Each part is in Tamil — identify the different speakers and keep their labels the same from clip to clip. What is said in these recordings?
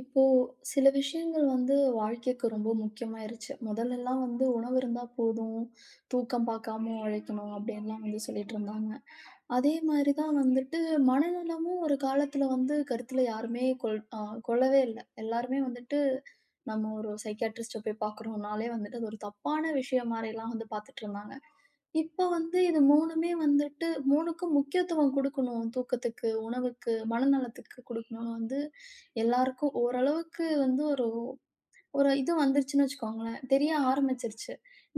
Speaker 1: இப்போ சில விஷயங்கள் வந்து வாழ்க்கைக்கு ரொம்ப முக்கியமாயிருச்சு. முதல்லலாம் வந்து உணவு இருந்தா போதும், தூக்கம் பார்க்காம உழைக்கணும் அப்படின்லாம் வந்து சொல்லிட்டு இருந்தாங்க. அதே மாரி தான் வந்துட்டு மனநலமும் ஒரு காலத்துல வந்து கருத்துல யாருமே கொள்ளவே இல்ல. எல்லாருமே வந்துட்டு நம்ம ஒரு சைக்கியாட்ரிஸ்ட்ட போய் பார்க்குறோம்னாலே வந்துட்டு அது ஒரு தப்பான விஷயம் மாரிலாம் வந்து பார்த்துட்டுருந்தாங்க. இப்ப வந்து இது 3மே வந்துட்டு 3க்கும் முக்கியத்துவம் குடுக்கணும். தூக்கத்துக்கு, உணவுக்கு, மனநலத்துக்கு குடுக்கணும்னு வந்து எல்லாருக்கும் ஓரளவுக்கு வந்து ஒரு ஒரு இது வந்துருச்சுன்னு வச்சுக்கோங்களேன். தெரிய ஆரம்பிச்சுருச்சு.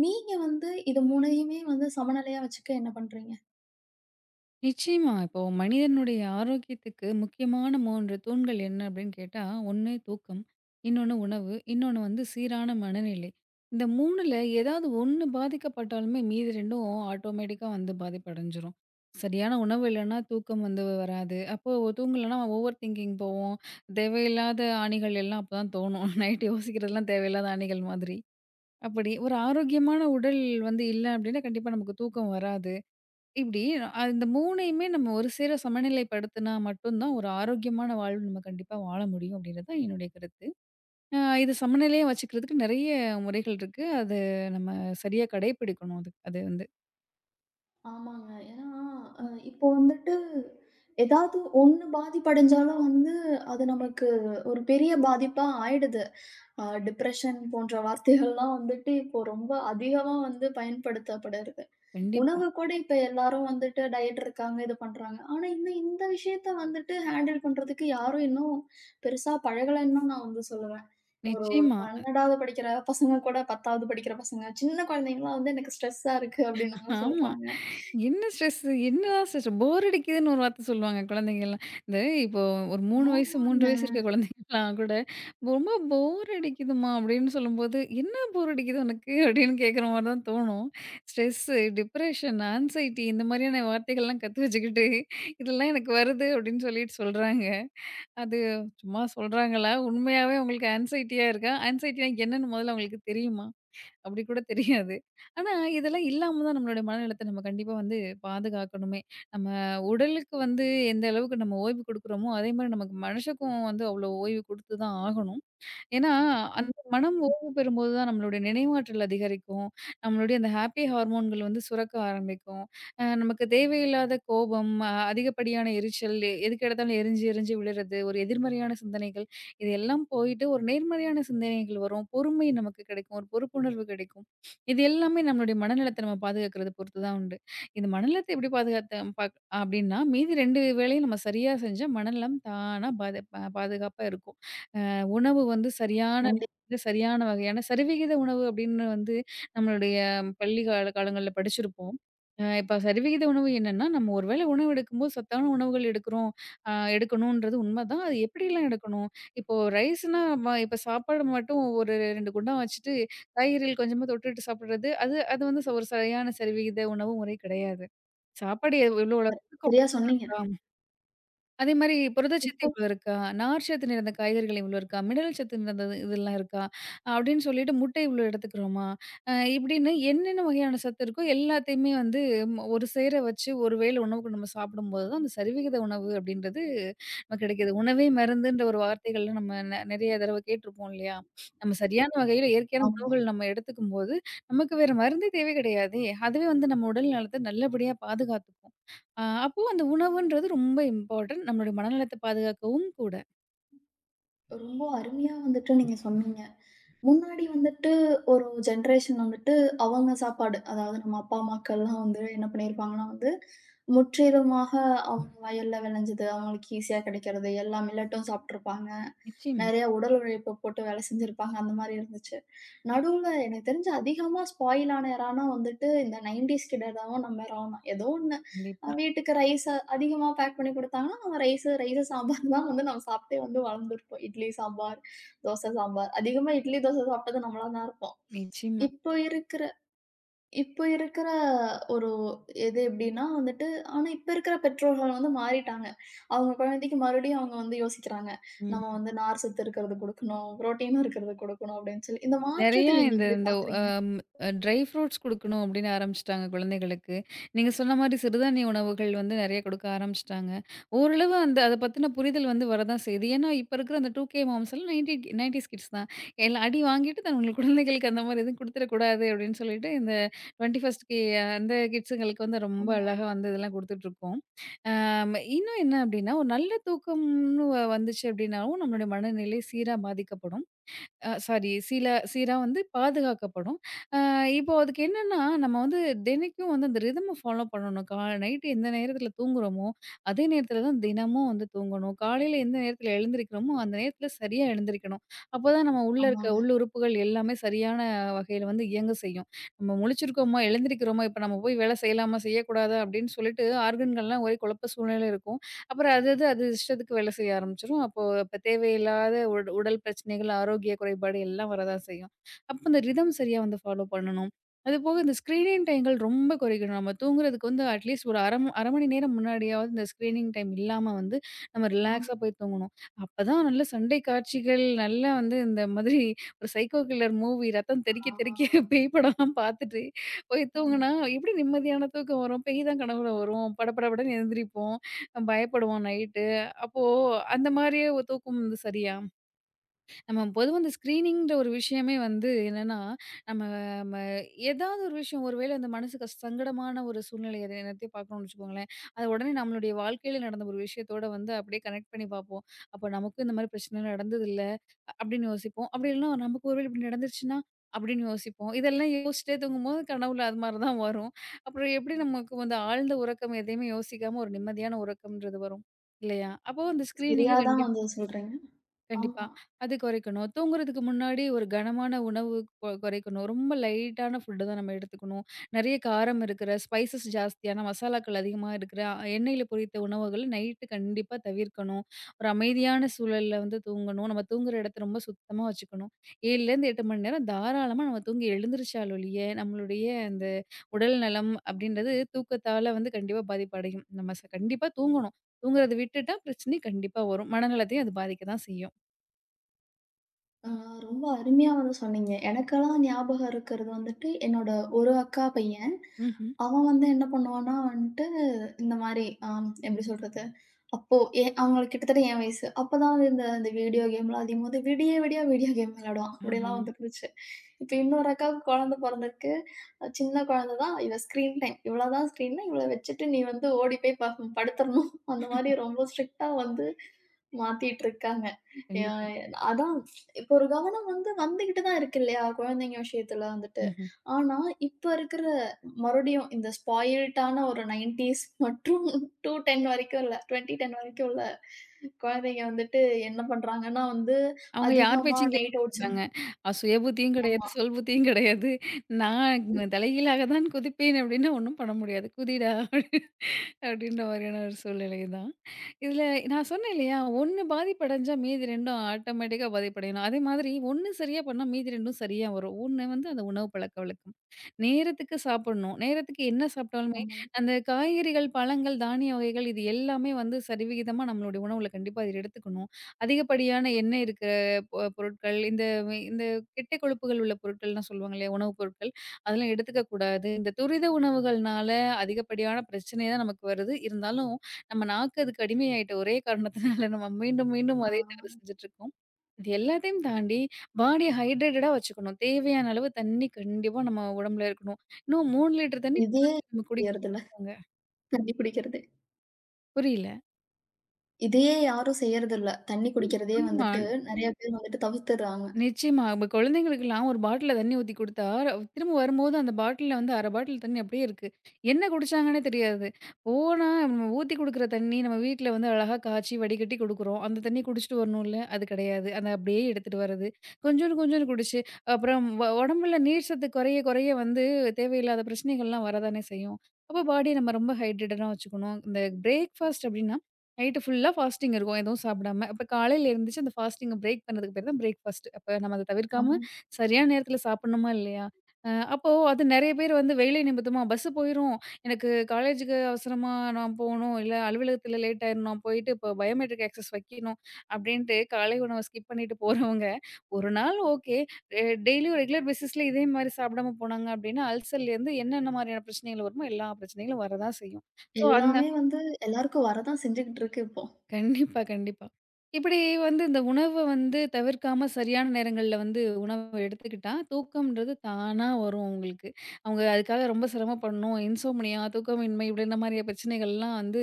Speaker 1: நீங்க வந்து இது 3யுமே வந்து சமநிலையா வச்சுக்க என்ன பண்றீங்க?
Speaker 2: நிச்சயமா. இப்போ மனிதனுடைய ஆரோக்கியத்துக்கு முக்கியமான 3 தூண்கள் என்ன அப்படின்னு கேட்டா, ஒண்ணு தூக்கம், இன்னொன்னு உணவு, இன்னொன்னு வந்து சீரான மனநிலை. இந்த 3ல ஏதாவது ஒண்ணு பாதிக்கப்பட்டாலுமே மீதி 2ம் ஆட்டோமேட்டிக்கா வந்து பாதிப்படைஞ்சிரும். சரியான உணவு இல்லைன்னா தூக்கம் வந்து வராது. அப்போ தூங்கலன்னா ஓவர் திங்கிங் போவோம். தேவையில்லாத ஆணிகள் எல்லாம் அப்பதான் தோணும். நைட் யோசிக்கிறதெல்லாம் தேவையில்லாத ஆணிகள் மாதிரி. அப்படி ஒரு ஆரோக்கியமான உடல் வந்து இல்ல அப்படின்னா கண்டிப்பா நமக்கு தூக்கம் வராது. இப்படி இந்த 3யுமே நம்ம ஒரு சேர சமநிலைப்படுத்தினா மட்டும் தான் ஒரு ஆரோக்கியமான வாழ்வு நம்ம கண்டிப்பா வாழ முடியும் அப்படின்றது தான் என்னுடைய கருத்து. இது சமநிலையா வச்சுக்கிறதுக்கு நெறைய முறைகள் இருக்கு. அது நம்ம சரியா கடைபிடிக்கணும். அது அது வந்து
Speaker 1: ஆமாங்க. ஏன்னா, அ இப்போ வந்துட்டு ஏதாவது ஒண்ணு பாதிப்படைஞ்சாலும் வந்து அது நமக்கு ஒரு பெரிய பாதிப்பா ஆயிடுது. டிப்ரஷன் போன்ற வார்த்தைகள்லாம் வந்துட்டு இப்போ ரொம்ப அதிகமா வந்து பயன்படுத்தப்படுது.
Speaker 2: கண்டிப்பா.
Speaker 1: உணவு கூட இப்ப எல்லாரும் வந்துட்டு டயட் இருக்காங்க, இது பண்றாங்க. ஆனா இன்னும் இந்த விஷயத்த வந்துட்டு ஹேண்டில் பண்றதுக்கு யாரும் இன்னும் பெருசா பழகலன்னும் நான் வந்து சொல்லுவேன். ஒரு
Speaker 2: நிச்சயமா.
Speaker 1: 12வது படிக்கிற பசங்க கூட 10வது படிக்கிற பசங்க, சின்ன குழந்தைங்கலாம் வந்து எனக்கு ஸ்ட்ரெஸ்ஸா இருக்கு அப்டின்னுலாம்
Speaker 2: ஆமா.
Speaker 1: சொல்றாங்க.
Speaker 2: என்ன ஸ்ட்ரெஸ்ஸு? என்னதான் ஸ்ட்ரெஸ் போர் அடிக்குதுன்னு ஒரு வார்த்த சொல்லுவாங்க குழந்தைங்கலாம். இந்த இப்போ ஒரு 3 வயசு 3
Speaker 1: ஆமாங்க.
Speaker 2: வயசு இருக்க குழந்தைங்கலாம் கூட, "ரொம்ப போர் அடிக்குதும்மா" அப்படின்னு சொல்லும்போது, "என்ன போர் அடிக்குது உனக்கு?" அப்படின்னு கேட்குற மாரி தான் தோணும். ஸ்ட்ரெஸ்ஸு, டிப்ரஷன், ஆங்சைட்டி இந்த மாதிரியான வார்த்தைகள்லாம் கத்து வச்சுக்கிட்டு, "இதெல்லாம் எனக்கு வருது" அப்படின்னு சொல்லிட்டு சொல்றாங்க. அது சும்மா சொல்றாங்களா? உண்மையாவே உங்களுக்கு ஆங்சைட்டியா இருக்கா? ஆங்சைட்டினா என்னன்னு முதல்ல அவங்களுக்கு தெரியுமா? அப்படி கூட தெரியாது. ஆனா, இதெல்லாம் இல்லாம தான் நம்மளுடைய மனநலத்த நம்ம கண்டிப்பா வந்து பாதுகாக்கணுமே. நம்ம உடலுக்கு வந்து எந்த அளவுக்கு நம்ம ஓய்வு குடுக்குறோமோ, அதே மாரி நமக்கு மனசுக்கும் வந்து அவ்வளோ ஓய்வு குடுத்து தான் ஆகணும். ஏன்னா, அந்த மனம் ஓய்வு பெறும்போது தான் நம்மளுடைய நினைவாற்றல் அதிகரிக்கும். நம்மளுடைய அந்த ஹாப்பி ஹார்மோன்கள் வந்து சுரக்க ஆரம்பிக்கும். நமக்கு தேவையில்லாத கோபம், அதிகப்படியான எரிச்சல், எதுக்கு எடுத்தாலும் எரிஞ்சு, எரிஞ்சு விழுறது, ஒரு எதிர்மறையான சிந்தனைகள், இது எல்லாம் போயிட்டு ஒரு நேர்மறையான சிந்தனைகள் வரும். பொறுமை நமக்கு கிடைக்கும். ஒரு பொறுப்புணர்வு கிடைக்கும். இது எல்லாமே நம்மளுடைய மனநலத்த நம்ம பாதுகாக்கிறத பொறுத்து தான் உண்டு. இந்த மனநலத்த எப்படி பாதுகாத்த பாக் அப்டின்னா, மீதி 2 வேலையும் நம்ம சரியா செஞ்சா மனநலம் தானா பாதுகாப்பா இருக்கும். உணவு வந்து சரியான
Speaker 1: கண்டிப்பா.
Speaker 2: நேரத்துல, சரியான வகையான சரிவிகித உணவு அப்படின்னு வந்து நம்மளுடைய பள்ளி கால காலங்கள்ல படிச்சிருப்போம். இப்ப சரிவிகித உணவு என்னன்னா, நம்ம ஒரு வேளை உணவு எடுக்கும்போது சத்தான உணவுகள் எடுக்கிறோம், எடுக்கணுன்றது உண்மதான். அது எப்படிலாம் எடுக்கணும்? இப்போ ரைஸ்னா இப்ப சாப்பாடு மட்டும் ஒரு 2 குண்டான் வச்சுட்டு, காய்கறிகள் கொஞ்சமா தொட்டுட்டு சாப்பிடுறது, அது அது வந்து ஒரு சரியான சரிவிகித உணவு முறை கிடையாது. சாப்பாடு எவ்வளோ அளவு இருக்கோ
Speaker 1: சரியா சொன்னீங்க.
Speaker 2: அதே மாரி புரதச்சத்து
Speaker 1: இப்போ.
Speaker 2: இவ்ளோ இருக்கா? நார்ச்சத்து நிறைந்த காய்கறிகள் இவ்ளோ இருக்கா? மினரல் சத்து நிறைந்தது இதெல்லாம் இருக்கா? அப்படின்னு சொல்லிட்டு முட்டை இவ்ளோ எடுத்துக்கிறோமா? இப்படின்னு என்னென்ன வகையான சத்து இருக்கோ எல்லாத்தையுமே வந்து ஒரு சேர வச்சு ஒரு வேள உணவுக்கு நம்ம சாப்பிடும்போது தான் அந்த சரிவிகித உணவு அப்படின்றது நமக்கு கிடைக்கிது. "உணவே மருந்துன்ற" ஒரு வார்த்தைகள்ல நம்ம நிறைய தடவ கேட்டுருப்போம் இல்லையா? நம்ம சரியான வகையில இயற்கையான
Speaker 1: ஆமா.
Speaker 2: உணவுகள் நம்ம எடுத்துக்கும்போது, நமக்கு வேற மருந்தே தேவை கிடையாதே! அதுவே வந்து நம்ம உடல் நலத்த நல்லபடியா பாதுகாத்துக்கும். அப்போ அந்த உணவுன்றது ரொம்ப இம்பார்ட்டன்ட். நம்மளுடைய மனநலத்த பாதுகாக்கவும் கூட.
Speaker 1: ரொம்ப அருமையா வந்துட்டு நீங்க சொன்னீங்க. முன்னாடி வந்துட்டு ஒரு ஜென்ரேஷன் வந்துட்டு அவங்க சாப்பாடு, அதாவது நம்ம அப்பா, அம்மாக்கள்லாம் வந்து என்ன பண்ணியிருப்பாங்கன்னா வந்து, முற்றிலுமாக அவங்க வயல்ல விளைஞ்சது, அவங்களுக்கு ஈஸியா கிடைக்கிறது, எல்லா மில்லட்டும் சாப்பிட்டுருப்பாங்க.
Speaker 2: நிச்சயமா.
Speaker 1: நெறைய உடல் உழைப்பு போட்டு வேலை செஞ்சிருப்பாங்க. அந்த மாரி இருந்துச்சு. நடுவுல எனக்கு தெரிஞ்சு அதிகமா ஸ்பாயில் ஆன எரான்னா வந்துட்டு இந்த 90ஸ் கிட்ட தான் நம்ம எராவும் தான். ஏதோ ஒண்ணு.
Speaker 2: கண்டிப்பா.
Speaker 1: வீட்டுக்கு ரைஸ் அதிகமா பேக் பண்ணி குடுத்தாங்கன்னா, நம்ம ரைஸு ரைஸு சாம்பார் தான் வந்து நம்ம சாப்பிட்டே வந்து வளர்ந்துருப்போம். இட்லி, சாம்பார், தோசை, சாம்பார். அதிகமா இட்லி, தோசை சாப்பிட்டது நம்மளா தான் இருப்போம்.
Speaker 2: நிச்சயமா.
Speaker 1: இப்போ இருக்கிற இப்போ இருக்கிற ஒரு எது எப்படின்னா வந்துட்டு ஆனா இப்ப இருக்கிற பெற்றோர்கள் வந்து மாறிட்டாங்க. அவங்க குழந்தைக்கு மறுபடியும் அவங்க வந்து யோசிக்கிறாங்க. நம்ம
Speaker 2: ம்.
Speaker 1: வந்து நார் சத்து இருக்கிறது குடுக்கணும், புரோட்டீன் இருக்கிறது குடுக்கணும் அப்படின்னு சொல்லி. இந்த
Speaker 2: நெறையா
Speaker 1: மாற்றத்தை நீங்க
Speaker 2: இந்த
Speaker 1: எப்படி
Speaker 2: இந்த
Speaker 1: பாக்குறீங்க?
Speaker 2: அம் ட்ரை ஃப்ரூட்ஸ் குடுக்கணும் அப்படின்னு ஆரம்பிச்சுட்டாங்க குழந்தைகளுக்கு. நீங்க சொன்ன மாரி சிறுதானிய உணவுகள் வந்து நெறைய குடுக்க ஆரம்பிச்சுட்டாங்க. ஓரளவு அந்த அத பத்தின புரிதல் வந்து வரதான் செய்யுது. ஏன்னா, இப்ப இருக்கிற அந்த 2கே மாம்ஸ் எல்லாம் 90 90ஸ் கிட்ஸ் தான். எல்லா அடி வாங்கிட்டு தங்களுக்கு குழந்தைகளுக்கு அந்த மாரி எதுவும் குடுத்துறக்கூடாது அப்படின்னு சொல்லிட்டு, இந்த 21st கே அந்த கிட்ஸுங்களுக்கு வந்து ரொம்ப
Speaker 1: ஆமா,
Speaker 2: அழகா வந்து இதெல்லாம் குடுத்துட்டுருக்கோம். ஆம் இன்னும் என்ன அப்படின்னா, ஒரு நல்ல தூக்கம்னு வந்துச்சு அப்படின்னாவும் நம்மளுடைய மனநிலை சீரா பாதிக்கப்படும். சாரி, சீரா வந்து பாதுகாக்கப்படும். அ இப்போ அதுக்கு என்னன்னா, நம்ம வந்து தினைக்கும் வந்து அந்த ரிதம ஃபாலோ பண்ணணும். நைட்டு எந்த நேரத்தில தூங்குறோமோ, அதே நேரத்தில தான் தினமும் வந்து தூங்கணும். காலையில எந்த நேரத்தில எழுந்திரிக்கிறோமோ, அந்த நேரத்தில சரியா எழுந்திரிக்கணும். அப்பதான் நம்ம உள்ள இருக்க
Speaker 1: ஆமாங்க.
Speaker 2: உள்ளுறுப்புகள் எல்லாமே சரியான வகையில வந்து இயங்க செய்யும். நம்ம முழிச்சிருக்கோமா, எழுந்திரிக்கிறோமா, இப்ப நம்ம போய் வேலை செய்யலாமா, செய்யக்கூடாதா அப்படின்னு சொல்லிட்டு ஆர்கன்கள்லாம் ஒரே குழப்ப சூழ்நிலையில இருக்கும். அப்புறம் அது அது அது இஷ்டத்துக்கு வேலை செய்ய ஆரம்பிச்சுரும். அப்போ தேவையில்லாத உடல் பிரச்சனைகள், ஆரோக்கிய குறைபாடு எல்லாம் வரதான் செய்யும். அப்போ இந்த ரிதம் சரியா வந்து ஃபாலோ பண்ணணும். அதுபோக இந்த ஸ்க்ரீனிங் டைம்கள் ரொம்ப குறைக்கணும். நம்ம தூங்குறதுக்கு வந்து அட்லீஸ்ட் ஒரு 1/2 1/2 மணி நேரம் முன்னாடியாவது இந்த ஸ்க்ரீனிங் டைம் இல்லாம வந்து நம்ம
Speaker 1: ஆமா.
Speaker 2: ரிலாக்ஸா போய் தூங்கணும். அப்பதான் நல்ல சண்டை காட்சிகள், நல்லா வந்து இந்த மாதிரி ஒரு சைக்கோ கில்லர் மூவி ரத்தம்
Speaker 1: ஆ,
Speaker 2: தெறிக்க தெறிக்க பேய் படம்லாம் பார்த்துட்டு போய்
Speaker 1: ஆமா.
Speaker 2: தூங்குனா, எப்படி நிம்மதியான தூக்கம் வரும்? பேய் தான் கனவுல வரும். படபடபடன்னு எந்திரிப்போம். பயப்படுவான் நைட்டு. அப்போ அந்த மாரியே தூக்கம் வந்து சரியா? நம்ம பொதுவா இந்த ஸ்க்ரீனிங்ன்ற ஒரு விஷயமே வந்து என்னன்னா, நம்ம ம ஏதாவது ஒரு விஷயம் ஒரு வேளை அந்த மனசுக்கு சங்கடமான ஒரு சூழ்நிலை எது என்னத்தையும் பார்க்குறோம்னு வச்சுக்கோங்களேன், அத உடனே நம்மளுடைய வாழ்க்கையில நடந்த ஒரு விஷயத்தோட வந்து அப்படியே கனெக்ட் பண்ணி பார்ப்போம். அப்ப நமக்கும் இந்த மாரி பிரச்சனை நடந்ததில்ல. அப்படின்னு யோசிப்போம். அப்படி இல்லன்னா நமக்கு ஒரு வேளை இப்படி நடந்துருச்சுன்னா? அப்படின்னு யோசிப்போம். இதெல்லாம் யோசிச்சுட்டே தூங்கும்போது கனவுல அது மாரி தான் வரும். அப்புறம் எப்படி நமக்கு வந்து ஆழ்ந்த உறக்கம் எதையுமே யோசிக்காம ஒரு நிம்மதியான உறக்கம்ன்றது வரும். இல்லையா? அப்போ அந்த ஸ்க்ரீனிங்க
Speaker 1: சரியா
Speaker 2: கண்டி
Speaker 1: தான் வந்து சொல்றீங்க.
Speaker 2: கண்டிப்பா.
Speaker 1: ஆமா.
Speaker 2: அது குறைக்கணும். தூங்குறதுக்கு முன்னாடி ஒரு கனமான உணவு குறைக்கணும். ரொம்ப லைட்டான ஃபுட் தான் நம்ம எடுத்துக்கணும். நெறைய காரம் இருக்கிற, ஸ்பைசஸ் ஜாஸ்தியான மசாலாக்கள் அதிகமா இருக்கிற, எண்ணெயில பொரித்த உணவுகள் நைட்டு கண்டிப்பா தவிர்க்கணும். ஒரு அமைதியான சூழல்ல வந்து தூங்கணும். நம்ம தூங்குற இடத்த ரொம்ப சுத்தமா வச்சுக்கணும். 7லேருந்து 8 மணி நேரம் தாராளமா நம்ம தூங்கி எழுந்திரிச்சால் ஒழிய, நம்மளுடைய அந்த உடல் நலம் அப்படின்றது தூக்கத்தால வந்து கண்டிப்பா பாதிப்படையும். நம்ம கண்டிப்பா தூங்கணும். தூங்குறத விட்டுட்டா பிரச்சனை கண்டிப்பா வரும். மனநலத்தையும் அது பாதிக்க தான் செய்யும்.
Speaker 1: ஆ, ரொம்ப அருமையா வந்து சொன்னீங்க. எனக்கெல்லாம் ஞாபகம் இருக்கிறது வந்துட்டு, என்னோட ஒரு அக்கா பையன்.
Speaker 2: ம்ஹ்ம்.
Speaker 1: அவன் வந்து என்ன பண்ணுவான்னா வந்துட்டு, இந்த மாரி ஆம் எப்படி சொல்றது? அப்போ அவங்களுக்கு கிட்டத்தட்ட என் வயசு. அப்பதான் வந்து இந்த இந்த வீடியோ கேம்லாம் அதிகமாது விடிய விடிய வீடியோ கேம் விளையாடுவான்.
Speaker 2: ஆஹா.
Speaker 1: அப்படிலாம் வந்துருந்துச்சு. இப்ப இன்னொரு அக்காவுக்கு குழந்தை பொறந்திருக்கு. சின்ன குழந்தை தான். இவ ஸ்க்ரீன் டைம் இவ்வளோ தான் ஸ்க்ரீன்னா, இவ்வளோ வச்சுட்டு நீ வந்து ஓடி போய் படுத்துறணும். அந்த மாரி ரொம்ப ஸ்ட்ரிக்ட்டா வந்து மாத்திட்டு இருக்காங்க. ய
Speaker 2: கண்டிப்பா.
Speaker 1: அதான் இப்போ ஒரு கவனம் வந்து வந்துகிட்டு தான் இருக்கு இல்லையா? குழந்தைங்க விஷயத்துல வந்துட்டு.
Speaker 2: ம்ஹ்ம்.
Speaker 1: ஆனா, இப்ப இருக்கிற மறுபடியும் இந்த ஸ்பாயில்டான ஒரு 90ஸ் மற்றும் 210 வரைக்கும் இல்ல, 2010 வரைக்கும் உள்ள குழந்தைங்க வந்துட்டு என்ன பண்றாங்கன்னா வந்து,
Speaker 2: அவங்க யார்
Speaker 1: அதிகமா
Speaker 2: பேச்சும் கேட்க
Speaker 1: நைட் ஓட்ஸ்.
Speaker 2: மாட்டாங்க. சுய புத்தியும் கிடையாது,
Speaker 1: ஆமா,
Speaker 2: சொல் புத்தியும் கிடையாது. நான் தலைகீழாக தான் குதிப்பேன் அப்படின்னா ஒண்ணும் பண்ண முடியாது. குதிடா! அப்படின்ற மாதிரியான ஒரு சூழ்நிலை தான். இதில நான் சொன்னேன் இல்லையா? 1 பாதிப்படைஞ்சா மீதி 2ம் ஆட்டோமேட்டிக்கா பாதிப்படையணும். அதே மாதிரி 1 சரியா பண்ணா மீதி 2ம் சரியா வரும். 1 வந்து அந்த உணவு பழக்கவழக்கம். நேரத்துக்கு சாப்பிடணும். நேரத்துக்கு என்ன சாப்பிட்டாலுமே,
Speaker 1: ஆமா.
Speaker 2: அந்த காய்கறிகள், பழங்கள், தானிய வகைகள் இது எல்லாமே வந்து சரிவிகிதமா நம்மளுடைய உணவுல கண்டிப்பா இத எடுத்துக்கணும். அதிகப்படியான எண்ணெய் இருக்கிற பொருட்கள், இந்த இந்த கெட்ட கொழுப்புகள் உள்ள பொருட்கள்லாம் சொல்லுவாங்க இல்லையா? உணவுப் பொருட்கள். அதெல்லாம் எடுத்துக்க கூடாது. இந்த துரித உணவுகள்னால அதிகப்படியான பிரச்சனை தான் நமக்கு வருது. இருந்தாலும் நம்ம நாக்கு அதுக்கு அடிமையாயிட்ட ஒரே காரணத்தினால நம்ம மீண்டும், மீண்டும்
Speaker 1: ஆ
Speaker 2: அதே தவறு செஞ்சுட்டுருக்கோம். இது எல்லாத்தையும் தாண்டி பாடிய ஹைட்ரேட்டடா வச்சுக்கணும். தேவையான அளவு தண்ணி கண்டிப்பா நம்ம உடம்புல இருக்கணும். இன்னும் 3 லிட்டர் தண்ணி ஒரு
Speaker 1: இதே
Speaker 2: நாளைக்கு நம்ம குடிக்கணும்னு
Speaker 1: செய்றதில்ல.
Speaker 2: சொல்றாங்க.
Speaker 1: தண்ணி குடிக்கிறது.
Speaker 2: புரியல.
Speaker 1: இதையே யாரும் செய்றதில்ல. தண்ணி குடிக்கிறதையே
Speaker 2: ஆமா.
Speaker 1: வந்துட்டு நெறைய பேர் வந்துட்டு தவிர்த்துடுறாங்க.
Speaker 2: நிச்சயமா. இப்ப குழந்தைங்களுக்கெல்லாம் ஒரு பாட்டில்ல தண்ணி ஊத்தி குடுத்தா, திரும்ப வரும்போது அந்த பாட்டில்ல வந்து 1/2 பாட்டில் தண்ணி அப்படியே இருக்கு. என்ன குடிச்சாங்கன்னே தெரியாது. போனா நம்ம ஊத்தி குடுக்குற தண்ணி நம்ம வீட்ல வந்து அழகா காய்ச்சி வடிகட்டி குடுக்குறோம். அந்த தண்ணி குடிச்சிட்டு வரணும்ல, அது கிடையாது. அத அப்படியே எடுத்துட்டு வர்றது. கொஞ்சோண்டு கொஞ்சோண்டு குடிச்சு, அப்புறம் உடம்புல நீர் சத்து குறைய குறைய வந்து தேவையில்லாத பிரச்சனைகள்லாம் வரதானே செய்யும். அப்போ பாடிய நம்ம ரொம்ப ஹைட்ரேட்டடா வச்சுக்கணும். இந்த பிரேக்ஃபாஸ்ட் அப்படின்னா நைட்டு ஃபுல்லா ஃபாஸ்டிங் இருக்கும். எதுவும் சாப்பிடாம. அப்ப காலையில எந்திரிச்சு அந்த ஃபாஸ்டிங்க பிரேக் பண்ணதுக்கு பேரு தான் பிரேக்ஃபாஸ்ட். அப்ப நம்ம அத தவிர்க்காம
Speaker 1: ஆமா.
Speaker 2: சரியான நேரத்துல சாப்பிடணுமா இல்லையா? அப்போ அது நெறைய பேர் வந்து வேலை நிமித்தமா பஸ் போயிரும். எனக்கு காலேஜுக்கு அவசரமா நான் போணும். இல்ல அலுவலகத்துல லேட் ஆயிரும். நான் போயிட்டு இப்போ பயோமெட்ரிக் ஆக்சஸ் வைக்கணும். அப்டின்ட்டு காலை உணவ ஸ்கிப் பண்ணிட்டு போறவங்க, ஒரு நாள் ஓகே. டெய்லியும் ரெகுலர் பேசிஸ்ல இதே மாரி சாப்பிடாம போனாங்க அப்டின்னா, அல்சர்லேருந்து என்னென்ன மாரியான பிரச்சனைகள் வருமோ எல்லா பிரச்சனைகளும் வரதான் செய்யும். ஸோ அந்த
Speaker 1: எல்லாமே வந்து எல்லாருக்கும் வரதான் செஞ்சுகிட்டு இருக்கு இப்போ.
Speaker 2: கண்டிப்பா, கண்டிப்பா. இப்படி வந்து இந்த உணவ வந்து தவிர்க்காம சரியான நேரங்கள்ல வந்து உணவு எடுத்துக்கிட்டா, தூக்கம்ன்றது தானா வரும் அவங்களுக்கு. அவங்க அதுக்காக ரொம்ப சிரமப்படணும். இன்சோம்னியா, தூக்கமின்மை இப்படின்ற மாரியா பிரச்சனைகள்லாம் வந்து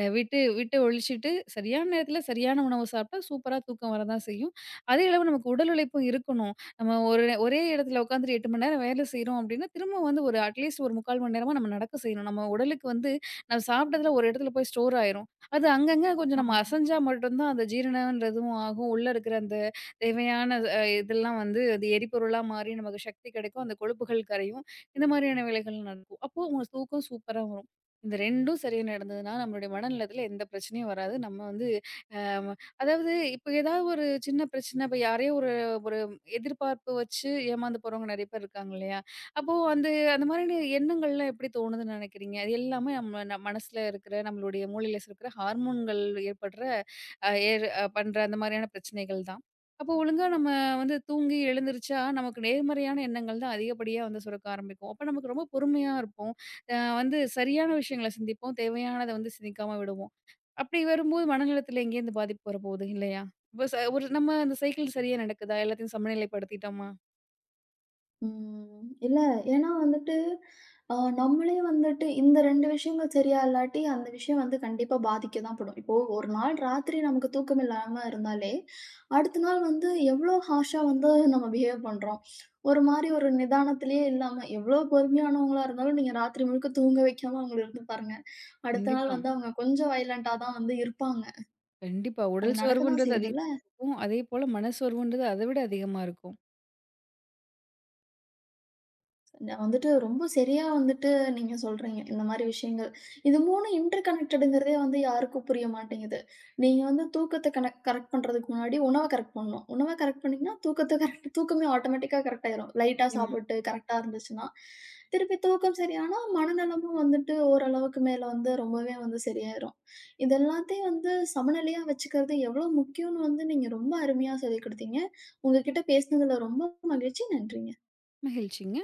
Speaker 2: விட்டு விட்டு ஒழிச்சுட்டு, சரியான நேரத்துல சரியான உணவு சாப்பிட்டா சூப்பரா தூக்கம் வரதான் செய்யும். அதே அளவு நமக்கு உடல் உழைப்பும் இருக்கணும். நம்ம ஒரே இடத்துல உட்காந்துட்டு 8 மணி நேரம் வேலை செய்றோம் அப்படின்னா, திரும்ப வந்து அட்லீஸ்ட் ஒரு 3/4 மணி நேரமா நம்ம நடக்க செய்யணும். நம்ம உடலுக்கு வந்து நம்ம சாப்பிட்டதுல ஒரு இடத்துல போய் ஸ்டோர் ஆயிரும். அது அங்கங்க கொஞ்சம் நம்ம
Speaker 1: ஆமா.
Speaker 2: அசஞ்சா மட்டும் தான் அந்த ஜீரணம்ன்றதும் ஆகும். உள்ள இருக்கிற அந்த தேவையான இதெல்லாம் வந்து அது எரிபொருளா மாறி நமக்கு சக்தி கிடைக்கும். அந்த கொழுப்புகள் கரையும். இந்த மாதிரியான வேலைகள் நடக்கும். அப்போ உங்க தூக்கம் சூப்பரா வரும். இந்த 2ம் சரியா நடந்ததுன்னா, நம்மளுடைய மனநலத்தில எந்த பிரச்சனையும் வராது. நம்ம வந்து அ அதாவது இப்ப ஏதாவது ஒரு சின்ன பிரச்சனை இப்ப யாரையோ ஒரு ஒரு எதிர்பார்ப்பு வச்சு ஏமாந்து போறவங்க நெறைய பேர் இருக்காங்க இல்லையா? அப்போ அந்த அந்த மாதிரியான எண்ணங்கள்லாம் எப்படி தோணுதுன்னு நினைக்கிறீங்க? அது எல்லாமே நம்ம மனசுல இருக்கிற நம்மளுடைய மூளையில சுரக்கிற ஹார்மோன்கள் ஏற்படுற அ ஏற் அ பண்ற அந்த மாதிரியான பிரச்சனைகள் தான். அப்போ ஒழுங்கா நம்ம வந்து தூங்கி எழுந்திரிச்சா, நமக்கு நேர்மறையான எண்ணங்கள் தான் அதிகப்படியா வந்து சுரக்க ஆரம்பிக்கும். அப்ப நமக்கு ரொம்ப பொறுமையா இருப்போம். வந்து சரியான விஷயங்கள சிந்திப்போம். தேவையானத வந்து சிந்திக்காம விடுவோம். அப்படி வரும்போது மனநலத்தில எங்கேருந்து பாதிப்பு வரப்போகுது இல்லையா? இப்ப ஒரு நம்ம அந்த சைக்கிள் சரியா நடக்குதா? எல்லாத்தையும் சமநிலைப்படுத்திட்டோமா?
Speaker 1: ம். இல்ல. ஏன்னா வந்துட்டு, அ நம்மளே வந்துட்டு இந்த 2 விஷயங்கள் சரியா இல்லாட்டி, அந்த விஷயம் வந்து கண்டிப்பா பாதிக்க தான் படும். இப்போ ஒரு நாள் ராத்திரி நமக்கு தூக்கம் இல்லாம இருந்தாலே, அடுத்த நாள் வந்து எவ்ளோ ஹார்ஷா வந்து நம்ம பிஹேவ் பண்றோம். ஒரு மாரி ஒரு நிதானத்திலேயே இல்லாம, எவ்ளோ பொறுமையானவங்களா இருந்தாலும் நீங்க ராத்திரி முழுக்க தூங்க வைக்காம அவங்கள இருந்து பாருங்க. அடுத்த நாள்
Speaker 2: கண்டிப்பா.
Speaker 1: வந்து அவங்க கொஞ்சம் வயலன்ட்டா தான் வந்து இருப்பாங்க.
Speaker 2: கண்டிப்பா.
Speaker 1: அது
Speaker 2: உடல்
Speaker 1: நடக்க தான்
Speaker 2: சோர்வுன்றது
Speaker 1: செய்யுதுல்ல?
Speaker 2: அதிகமா இருக்கும். அதேபோல மனசோர்வுன்றது அத விட அதிகமா இருக்கும்.
Speaker 1: நான் வந்துட்டு ரொம்ப சரியா வந்துட்டு நீங்க சொல்றீங்க. இந்த மாரி விஷயங்கள். இது 3ம் இன்டர் கனெக்டடுங்கிறதே வந்து யாருக்கும் புரிய மாட்டேங்குது. நீங்க வந்து தூக்கத்த கனெக்ட் கரெக்ட் பண்றதுக்கு முன்னாடி உணவ கரெக்ட் பண்ணணும். உணவ கரெக்ட் பண்ணீங்கன்னா, தூக்கத்த கரெக்ட் தூக்கமே ஆட்டோமேட்டிக்கா கரெக்ட் ஆயிரும். லைட்டா
Speaker 2: நிச்சயமா.
Speaker 1: சாப்பிட்டு கரெக்ட்டா இருந்துச்சுன்னா. திருப்பி தூக்கம் சரியானா, மனநலமும் வந்துட்டு ஓரளவுக்கு மேல வந்து ரொம்பவே வந்து சரியாயிரும். இது எல்லாத்தையும் வந்து சமநிலையா வச்சுக்கிறது எவ்வளோ முக்கியம்னு வந்து நீங்க ரொம்ப அருமையா சொல்லிக் குடுத்தீங்க. உங்க கிட்ட பேசினதுல ரொம்ப மகிழ்ச்சி. நன்றிங்க.
Speaker 2: மகிழ்ச்சிங்க.